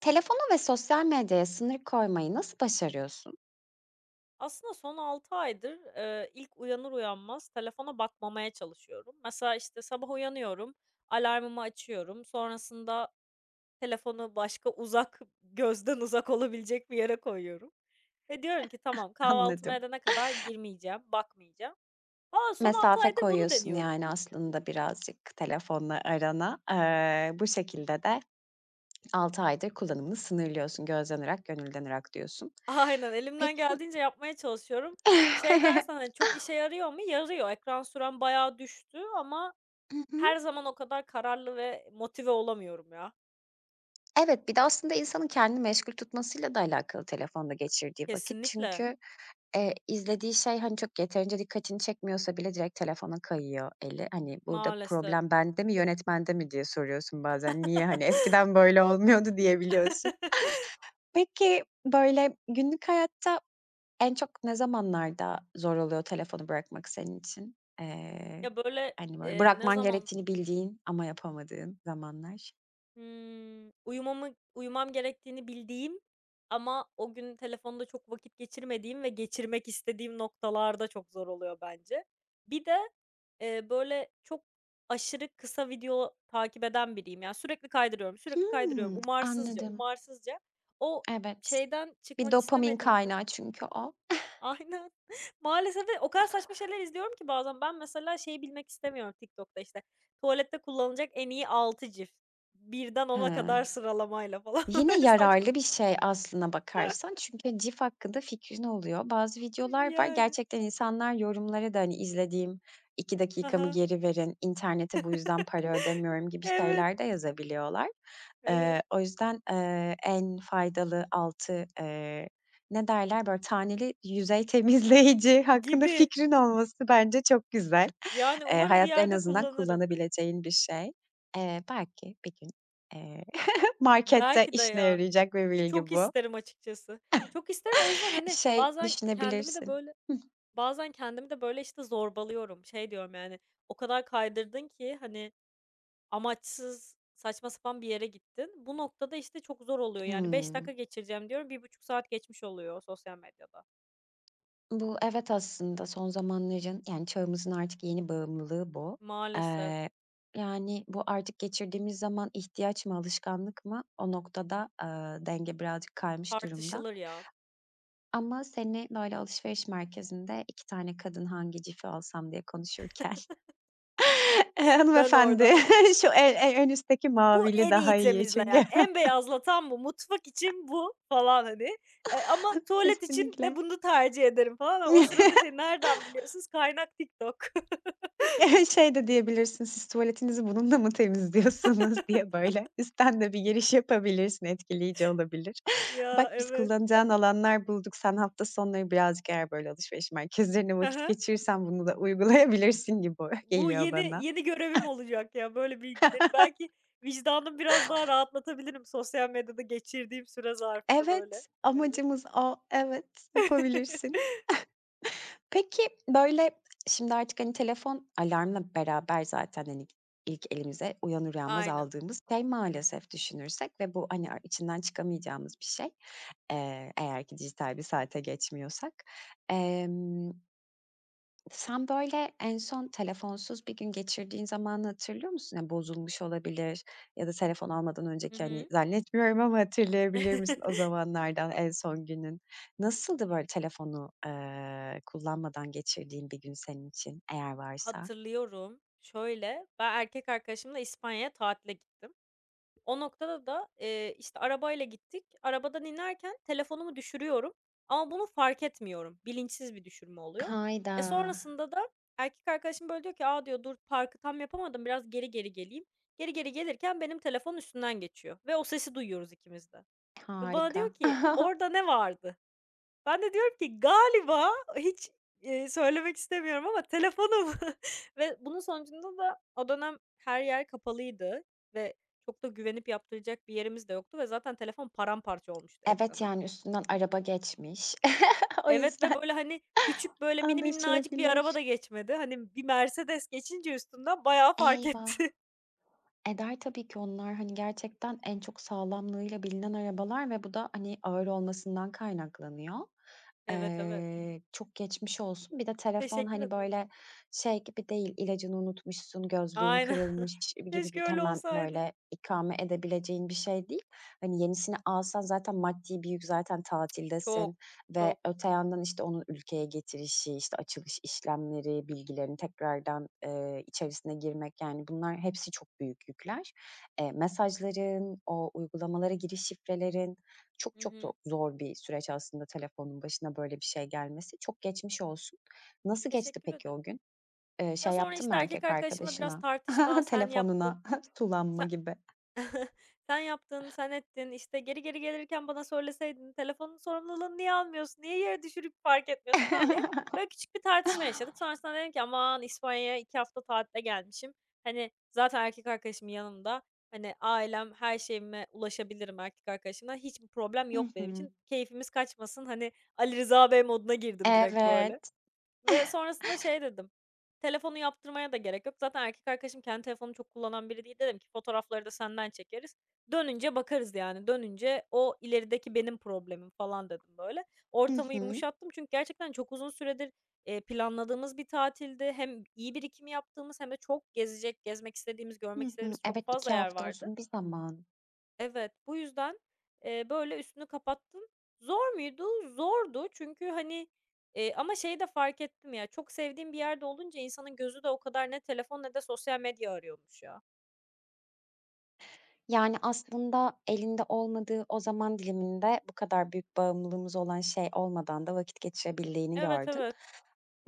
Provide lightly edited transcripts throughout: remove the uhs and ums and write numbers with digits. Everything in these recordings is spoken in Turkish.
Telefona ve sosyal medyaya sınır koymayı nasıl başarıyorsun? Aslında son 6 aydır, ilk uyanır uyanmaz telefona bakmamaya çalışıyorum. Mesela, işte, sabah uyanıyorum, alarmımı açıyorum. Sonrasında telefonu başka uzak, gözden uzak olabilecek bir yere koyuyorum ve diyorum ki tamam, kahvaltımı Anladım. edene kadar girmeyeceğim, bakmayacağım. A, son 6 Mesafe aydır bunu koyuyorsun, deniyorum. yani, aslında birazcık telefonla arana. Bu şekilde de 6 aydır kullanımını sınırlıyorsun. "Gözden ırak, gönülden ırak." diyorsun. Aynen, elimden Peki. geldiğince yapmaya çalışıyorum. Şey dersen, hani, çok işe yarıyor mu? Yarıyor. Ekran sürem bayağı düştü ama Hı hı. her zaman o kadar kararlı ve motive olamıyorum ya. Evet, bir de aslında insanın kendini meşgul tutmasıyla da alakalı telefonda geçirdiği vakit. Kesinlikle, Çünkü izlediği şey, hani, çok yeterince dikkatini çekmiyorsa bile direkt telefona kayıyor eli. Hani, burada maalesef. problem bende mi, yönetmende mi diye soruyorsun bazen. Niye, hani, eskiden böyle olmuyordu diyebiliyorsun. Peki, böyle, günlük hayatta en çok ne zamanlarda zor oluyor telefonu bırakmak senin için? Eee, Ya, böyle, hani, böyle ne bırakman zaman gerektiğini bildiğin ama yapamadığın zamanlar. Uyumam gerektiğini bildiğim ama o gün telefonda çok vakit geçirmediğim ve geçirmek istediğim noktalarda çok zor oluyor bence. Bir de, böyle, çok aşırı kısa video takip eden biriyim. Yani, sürekli kaydırıyorum, sürekli kaydırıyorum. Hımm, Umarsızca, anladım. umarsızca. O Evet. şeyden Bir çıkmak dopamin istemediğimde kaynağı çünkü o. aynen. Maalesef ve o kadar saçma şeyler izliyorum ki bazen. Ben mesela şeyi bilmek istemiyorum TikTok'ta işte. Tuvalette kullanılacak en iyi 6 cif, birden ona Hıı. kadar sıralamayla falan. Yine Böyle saçma yararlı bir sapan. şey aslına bakarsan. Çünkü cif hakkında fikrin oluyor. Bazı videolar var, Yani. gerçekten insanlar yorumlara da, hani, "İzlediğim 2 dakikamı Aha. geri verin, internete bu yüzden para ödemiyorum." gibi Evet. şeyler de yazabiliyorlar. Eee, Evet. o yüzden, en faydalı 6 ne derler, böyle, taneli yüzey temizleyici hakkında Gibi. fikrin olması bence çok güzel. Yani Eee, umarım bir hayatta en yerde azından kullanırım. kullanabileceğin bir şey. Belki bir gün, eee Markette Belki de işine yani. yarayacak bir bilgi Çok bu. isterim açıkçası. Çok isterim, o yüzden hani Şey bazen düşünebilirsin. Kendimi de böyle işte zorbalıyorum. Şey diyorum yani, o kadar kaydırdın ki hani amaçsız, saçma sapan bir yere gittin. Bu noktada, işte, çok zor oluyor, yani, 5 Hımm. dakika geçireceğim diyorum, bir buçuk saat geçmiş oluyor sosyal medyada. Bu, evet, aslında son zamanların, yani, çağımızın artık yeni bağımlılığı bu. Maalesef. Eee, yani, bu artık geçirdiğimiz zaman ihtiyaç mı, alışkanlık mı? O noktada, denge birazcık kaymış durumda. Tartışılır ya. Ama seni, böyle, alışveriş merkezinde 2 tane kadın hangi cifi alsam diye konuşurken Ben hanımefendi oradan şey, şu en üstteki "Bu mavili en daha iyi iyi çünkü. temizleyen, en beyazlatan bu, mutfak için bu." falan, hani, ama tuvalet için Kesinlikle. de bunu tercih ederim falan. Ama o sırada şey, nereden biliyorsunuz? Kaynak TikTok. Ya, şey de diyebilirsin, "Siz tuvaletinizi bununla mı temizliyorsunuz?" diye böyle üstten de bir giriş yapabilirsin, etkileyici olabilir. "Bak, Ya, biz evet. kullanacağın alanlar bulduk. Sen hafta sonları birazcık eğer böyle alışveriş merkezlerinde vakit geçirirsen bunu da uygulayabilirsin." gibi Bu geliyor yeni bana. yeni görevim olacak ya, böyle bilgileri. Belki vicdanımı biraz daha rahatlatabilirim sosyal medyada geçirdiğim süre zarfını böyle. Evet, Evet. amacımız o. Evet, yapabilirsin. Peki, böyle, şimdi artık, hani, telefon alarmla beraber zaten, hani, ilk elimize uyanır uyanmaz Aynen. aldığımız şey maalesef düşünürsek ve bu, hani, içinden çıkamayacağımız bir şey, eğer ki dijital bir saate geçmiyorsak. Sen, böyle, en son telefonsuz bir gün geçirdiğin zamanı hatırlıyor musun? Ya, bozulmuş olabilir ya da telefon almadan Hı önceki, hani, hı. zannetmiyorum ama hatırlayabilir misin o zamanlardan en son günün? Nasıldı, böyle, telefonu, kullanmadan geçirdiğin bir gün senin için eğer varsa? Hatırlıyorum. Şöyle, ben erkek arkadaşımla İspanya'ya tatile gittim. O noktada da, işte, arabayla gittik. Arabadan inerken telefonumu düşürüyorum ama bunu fark etmiyorum. Bilinçsiz bir düşürme oluyor. Hayda! E, sonrasında da erkek arkadaşım, böyle, diyor ki, aa diyor, "Dur, parkı tam yapamadım, biraz geri geri geleyim." Geri geri gelirken benim telefon üstünden geçiyor ve o sesi duyuyoruz ikimiz de ve bana Harika. diyor ki, "Orada ne vardı?" Ben de diyorum ki galiba hiç, söylemek istemiyorum ama telefonum ve bunun sonucunda da o dönem her yer kapalıydı ve çok da güvenip yaptıracak bir yerimiz de yoktu ve zaten telefon paramparça olmuştu Evet, ekranı. yani, üstünden araba geçmiş. O Evet ve yüzden böyle, hani, küçük, böyle, mini minnacık bir araba anlaşılabilir. da geçmedi. Hani, bir Mercedes geçince üstünden bayağı fark Eyvah! etti. Eder tabii ki onlar, hani, gerçekten en çok sağlamlığıyla bilinen arabalar ve bu da, hani, ağır olmasından kaynaklanıyor. Evet, evet. Çok geçmiş olsun. Bir de telefon, Teşekkür hani, ederim. böyle, şey gibi değil, ilacını unutmuşsun, gözlüğün Aynen. kırılmış gibi bir Keşke öyle hemen, olsaydı. böyle, ikame edebileceğin bir şey değil. Hani, yenisini alsan zaten maddi bir yük, zaten Çok, tatildesin. Ve çok. öte yandan, işte, onun ülkeye getirişi, işte, açılış işlemleri, bilgilerin tekrardan, içerisine girmek, yani, bunlar hepsi çok büyük yükler. Mesajların, o uygulamalara giriş şifrelerin çok Hı çok zo hı. zor bir süreç aslında telefonun başına böyle bir şey gelmesi. Çok geçmiş olsun. Nasıl geçti Teşekkür peki ederim. o gün? Şey Ya, sonra, yaptın mı işte, erkek erkek arkadaşımla biraz arkadaşına, tartışma, "Sen yaptın, telefonuna sulanma sen gibi? sen yaptın, sen ettin, işte, geri geri gelirken bana söyleseydin, telefonun sorumluluğunu niye almıyorsun, niye yere düşürüp fark etmiyorsun?" falan diye böyle küçük bir tartışma yaşadık. Sonrasında dedim ki, "Aman, İspanya'ya 2 hafta tatile gelmişim. Hani, zaten erkek arkadaşım yanımda. Hani, ailem, her şeyime ulaşabilirim erkek arkadaşımla. Hiçbir problem Hı yok benim hı. için. Keyfimiz kaçmasın." Hani, Ali Rıza Bey moduna girdim direkt böyle. Evet. Ve sonrasında şey dedim, telefonu yaptırmaya da gerek yok. Zaten erkek arkadaşım kendi telefonunu çok kullanan biri değil. Dedim ki fotoğrafları da senden çekeriz. Dönünce bakarız yani. Dönünce o ilerideki benim problemim falan dedim böyle. Hı Ortamı hı. yumuşattım çünkü gerçekten çok uzun süredir, planladığımız bir tatildi. Hem iyi birikim yaptığımız hem de çok gezecek, gezmek istediğimiz, görmek Hı hı. istediğimiz çok Evet, fazla 2 yer hafta vardı. uzun bir zaman. Evet, bu yüzden, böyle, üstünü kapattım. Zor muydu? Zordu çünkü, hani, ama şeyi de fark ettim ya, çok sevdiğim bir yerde olunca insanın gözü de o kadar ne telefon ne de sosyal medya arıyormuş ya. Yani, aslında elinde olmadığı o zaman diliminde bu kadar büyük bağımlılığımız olan şey olmadan da vakit geçirebildiğini Evet, gördün. evet.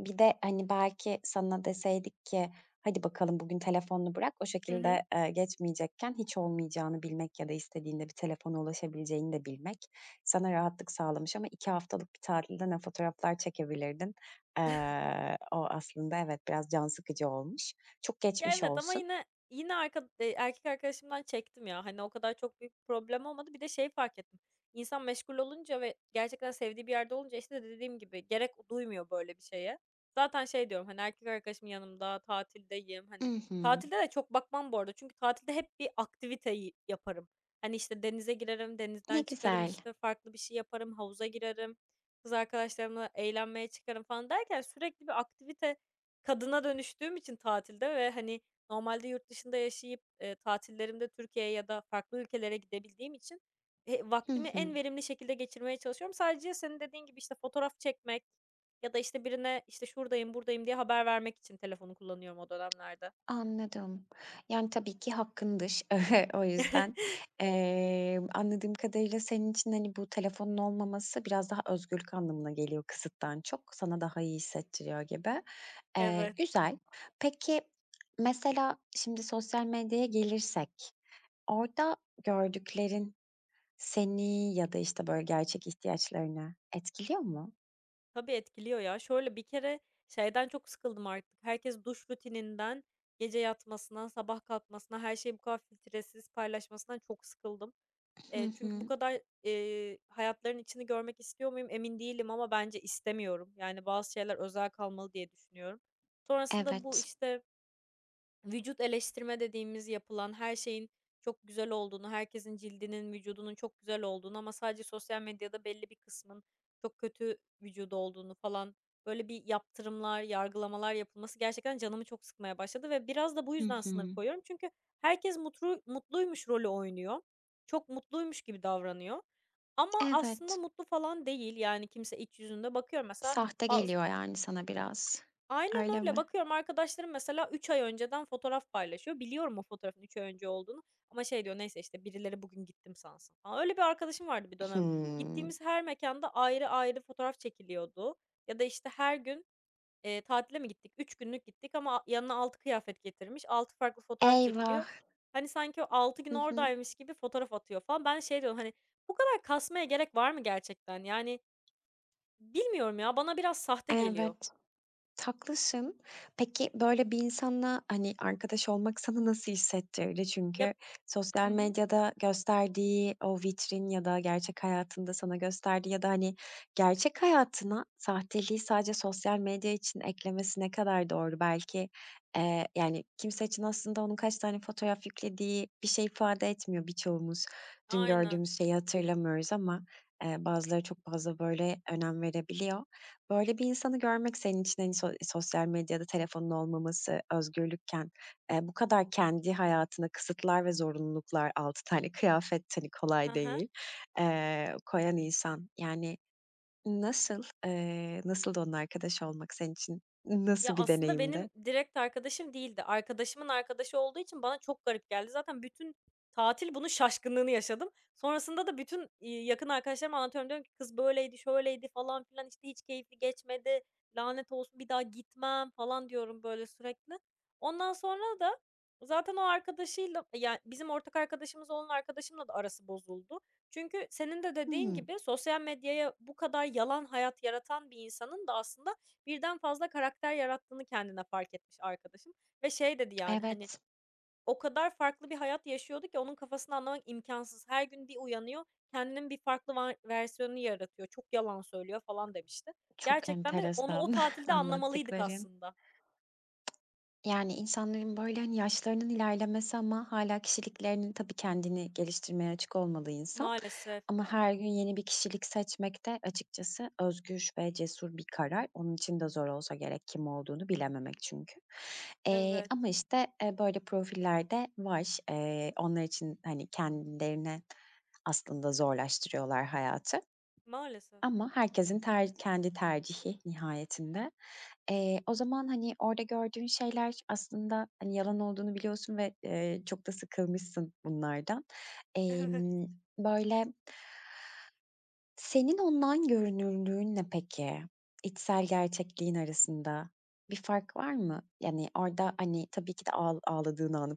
Bir de, hani, belki sana deseydik ki, "Hadi bakalım bugün telefonunu bırak." o Hı hı. şekilde, geçmeyecekken hiç olmayacağını bilmek ya da istediğinde bir telefona ulaşabileceğini de bilmek sana rahatlık sağlamış ama 2 haftalık bir tatilde ne fotoğraflar çekebilirdin. O aslında evet, biraz can sıkıcı olmuş. Çok Ya, geçmiş evet ama olsun. yine yine arka erkek arkadaşımdan çektim ya. Hani, o kadar çok büyük bir problem olmadı. Bir de şey fark ettim. İnsan meşgul olunca ve gerçekten sevdiği bir yerde olunca, işte, dediğim gibi gerek duymuyor böyle bir şeye. Zaten şey diyorum, hani, erkek arkadaşım yanımda, tatildeyim, hani. I hı. Tatilde de çok bakmam bu arada çünkü tatilde hep bir aktiviteyi yaparım. Hani, işte, denize girerim, Ne denizden çıkarım, güzel. işte, farklı bir şey yaparım, havuza girerim, kız arkadaşlarımla eğlenmeye çıkarım falan derken sürekli bir aktivite kadına dönüştüğüm için tatilde ve, hani, normalde yurt dışında yaşayıp, tatillerimde Türkiye'ye ya da farklı ülkelere gidebildiğim için, Hı vaktimi hı. en verimli şekilde geçirmeye çalışıyorum. Sadece senin dediğin gibi, işte, fotoğraf çekmek ya da, işte, birine, işte, şuradayım, buradayım diye haber vermek için telefonu kullanıyorum o dönemlerde. Anladım. Yani, tabii ki hakkındır o yüzden. Anladığım kadarıyla senin için, hani, bu telefonun olmaması biraz daha özgürlük anlamına geliyor kısıttan çok. Sana daha iyi hissettiriyor gibi. Eee, Evet. güzel. Peki, mesela şimdi sosyal medyaya gelirsek orada gördüklerin seni ya da, işte, böyle, gerçek ihtiyaçlarını etkiliyor mu? Tabii etkiliyor ya. Şöyle, bir kere şeyden çok sıkıldım artık. Herkes duş rutininden gece yatmasına, sabah kalkmasına, her şeyi bu kadar filtresiz paylaşmasından çok sıkıldım. Hı Çünkü bu hı. kadar, hayatlarının içini görmek istiyor muyum emin değilim ama bence istemiyorum. Yani bazı şeyler özel kalmalı diye düşünüyorum. Sonrasında bu, Evet. işte, vücut eleştirme dediğimiz yapılan her şeyin çok güzel olduğunu, herkesin cildinin, vücudunun çok güzel olduğunu ama sadece sosyal medyada belli bir kısmın çok kötü vücudu olduğunu falan, böyle bir yaptırımlar, yargılamalar yapılması gerçekten canımı çok sıkmaya başladı ve biraz da bu Hı yüzden sınır hı. koyuyorum. Çünkü herkes mutlu mutluymuş rolü oynuyor. Çok mutluymuş gibi davranıyor. Ama aslında Evet. mutlu falan değil. Yani kimse iç yüzünde bakıyorum mesela. Sahte geliyor yani sana biraz. Aynen Öyle mi? öyle. Bakıyorum arkadaşlarım mesela 3 ay önceden fotoğraf paylaşıyor. Biliyorum o fotoğrafın 3 ay önce olduğunu ama şey diyor neyse işte birileri bugün gittim sansın falan. Öyle bir arkadaşım vardı bir dönem. Hımm. Gittiğimiz her mekanda ayrı ayrı fotoğraf çekiliyordu. Ya da işte her gün, e, tatile mi gittik? Üç günlük gittik ama yanına 6 kıyafet getirmiş. Altı farklı fotoğraf Eyvah! çekiliyor. Hani sanki o 6 Hı gün hı. oradaymış gibi fotoğraf atıyor falan. Ben şey diyorum hani bu kadar kasmaya gerek var mı gerçekten? Yani bilmiyorum ya, bana biraz sahte geliyor. Evet. Haklısın. Peki, böyle bir insanla, hani, arkadaş olmak sana nasıl hissettirdi? Çünkü Ya, hı sosyal hı, medyada gösterdiği o vitrin ya da gerçek hayatında sana gösterdiği ya da, hani, gerçek hayatına sahteliği sadece sosyal medya için eklemesi ne kadar doğru? Belki, yani, kimse için aslında onun kaç tane fotoğraf yüklediği bir şey ifade etmiyor. Birçoğumuz dün aynen. gördüğümüz şeyi hatırlamıyoruz ama, bazıları çok fazla böyle önem verebiliyor. Böyle bir insanı görmek senin için, hani, sosyal medyada telefonun olmaması, özgürlükken, bu kadar kendi hayatına kısıtlar ve zorunluluklar, 6 tane kıyafet, hani, Hı kolay hı. değil, koyan insan. Yani, nasıldı onunla arkadaş olmak senin için? Ya, Nasıl bir aslında benim deneyimdi? direkt arkadaşım değildi. Arkadaşımın arkadaşı olduğu için bana çok garip geldi. Zaten bütün tatil bunun şaşkınlığını yaşadım. Sonrasında da bütün, yakın arkadaşlarıma anlatıyorum. Diyorum ki, "Kız böyleydi, şöyleydi." falan filan, işte, "Hiç keyifli geçmedi. Lanet olsun, bir daha gitmem." falan diyorum böyle sürekli. Ondan sonra da zaten o arkadaşıyla yani bizim ortak arkadaşımız olan arkadaşımla da arası bozuldu. Çünkü senin de dediğin Hımm. gibi sosyal medyaya bu kadar yalan hayat yaratan bir insanın da aslında birden fazla karakter yarattığını kendine fark etmiş arkadaşım ve şey dedi yani, hani, Evet, o kadar farklı bir hayat yaşıyordu ki onun kafasını anlamak imkansız. Her gün bir uyanıyor, kendinin bir farklı var versiyonunu yaratıyor, çok yalan söylüyor falan demişti. çok Gerçekten de onu o enteresan tatilde anlamalıydık anlattıkların. aslında. Yani, insanların, böyle, hani, yaşlarının ilerlemesi ama hala kişiliklerinin. Tabii kendini geliştirmeye açık olmalı insan Maalesef. ama her gün yeni bir kişilik seçmek de açıkçası özgür ve cesur bir karar. Onun için de zor olsa gerek kim olduğunu bilememek çünkü. Eee, Evet. ama, işte, böyle profillerde de var. Onlar için, hani, kendilerine aslında zorlaştırıyorlar hayatı. Maalesef. Ama herkesin kendi tercihi nihayetinde. O zaman, hani, orada gördüğün şeyler aslında, hani, yalan olduğunu biliyorsun ve, çok da sıkılmışsın bunlardan. Emm, böyle senin online görünürlüğünle peki, içsel gerçekliğin arasında bir fark var mı? Yani, orada, hani, tabii ki de ağladığın anı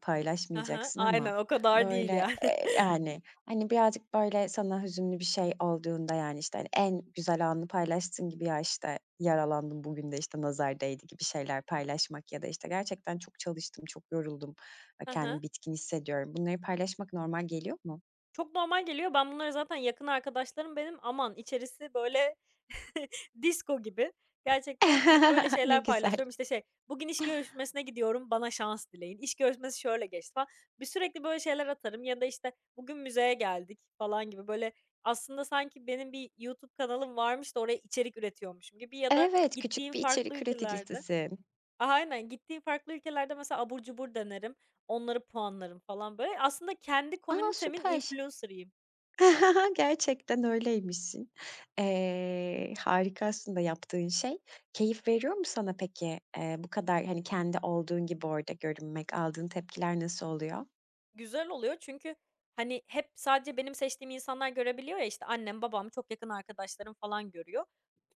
Evet. Aha, paylaşmayacaksın ama, aynen, o kadar değil böyle, yani. Yani, hani, birazcık, böyle, sana hüzünlü bir şey olduğunda, yani, işte, hani, en güzel anını paylaştığın gibi, "Ya, işte, yaralandım bugün de, işte, nazar değdi." gibi şeyler paylaşmak ya da, işte, "Gerçekten çok çalıştım, çok yoruldum, Hı kendimi bitkin hissediyorum." Bunları paylaşmak normal geliyor mu? Çok normal geliyor. Ben bunları zaten yakın arkadaşlarım benim. Aman içerisi böyle disco gibi. Gerçekten hep böyle Ne şeyler güzel. paylaşıyorum. İşte şey, bugün iş görüşmesine gidiyorum, bana şans dileyin. İş görüşmesi şöyle geçti falan. Bir sürekli böyle şeyler atarım ya da işte bugün müzeye geldik falan gibi böyle aslında sanki benim bir YouTube kanalım varmış da oraya içerik üretiyormuşum gibi ya da Evet, küçük gittiğim bir farklı içerik ülkelerde üreticisisin. Aha, aynen, gittiğim farklı ülkelerde mesela abur cubur denerim. Onları puanlarım falan böyle. Aslında kendi A, komünitemin süper. influencer'ıyım. Gerçekten öyleymişsin. Harika aslında yaptığın şey. Keyif veriyor mu sana peki? Bu kadar, hani, kendi olduğun gibi orada görünmek, aldığın tepkiler nasıl oluyor? Güzel oluyor çünkü, hani, hep sadece benim seçtiğim insanlar görebiliyor ya, işte, annem, babam, çok yakın arkadaşlarım falan görüyor.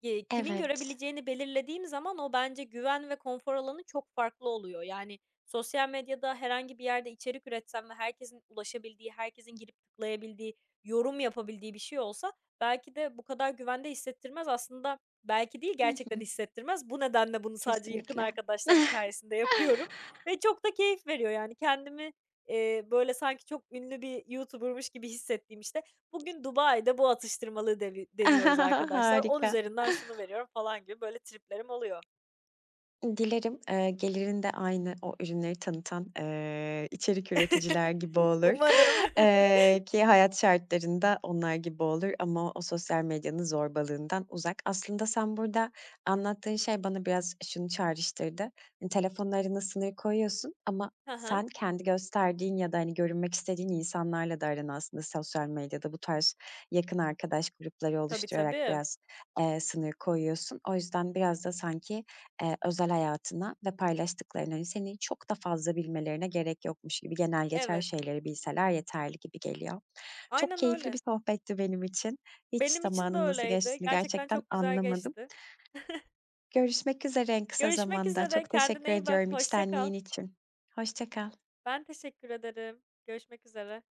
Kimin Evet. görebileceğini belirlediğim zaman o bence güven ve konfor alanı çok farklı oluyor. Yani, sosyal medyada herhangi bir yerde içerik üretsem ve herkesin ulaşabildiği, herkesin girip tıklayabildiği, yorum yapabildiği bir şey olsa belki de bu kadar güvende hissettirmez. Aslında belki değil, Hı gerçekten hı. hissettirmez. Bu nedenle bunu sadece yakın Kesinlikle. arkadaşlar hikayesinde yapıyorum ve çok da keyif veriyor. Yani, kendimi, böyle, sanki çok ünlü bir YouTuber'mış gibi hissettiğim, işte, bugün Dubai'de bu atıştırmalığı devi deniyoruz arkadaşlar. 10 Harika. üzerinden şunu veriyorum falan gibi böyle triplerim oluyor. Dilerim, gelirin aynı o ürünleri tanıtan, içerik üreticiler gibi olur, Umarım. Ki hayat şartlarında onlar gibi olur ama o sosyal medyanın zorbalığından uzak. Aslında sen burada anlattığın şey bana biraz şunu çağrıştırdı. Hani, telefonla sınır koyuyorsun ama Hı hı. sen kendi gösterdiğin ya da, hani, görünmek istediğin insanlarla da aran aslında sosyal medyada bu tarz yakın arkadaş grupları Tabii, oluşturarak tabii. biraz, sınır koyuyorsun. O yüzden biraz da sanki özel hayatına ve paylaştıklarına, hani, seni çok da fazla bilmelerine gerek yokmuş gibi genel geçer Evet. şeyleri bilseler yeterli gibi geliyor. Çok Aynen keyifli öyle. bir sohbetti benim için. Hiç Benim için de zamanın nasıl öyleydi. geçtiğini Gerçekten gerçekten çok güzel anlamadım. geçti. Görüşmek üzere en kısa Görüşmek zamanda. üzere. Çok teşekkür Kendine iyi bak. ediyorum Hoşça kal. içtenliğin için. Hoşça kal. Ben teşekkür ederim. Görüşmek üzere.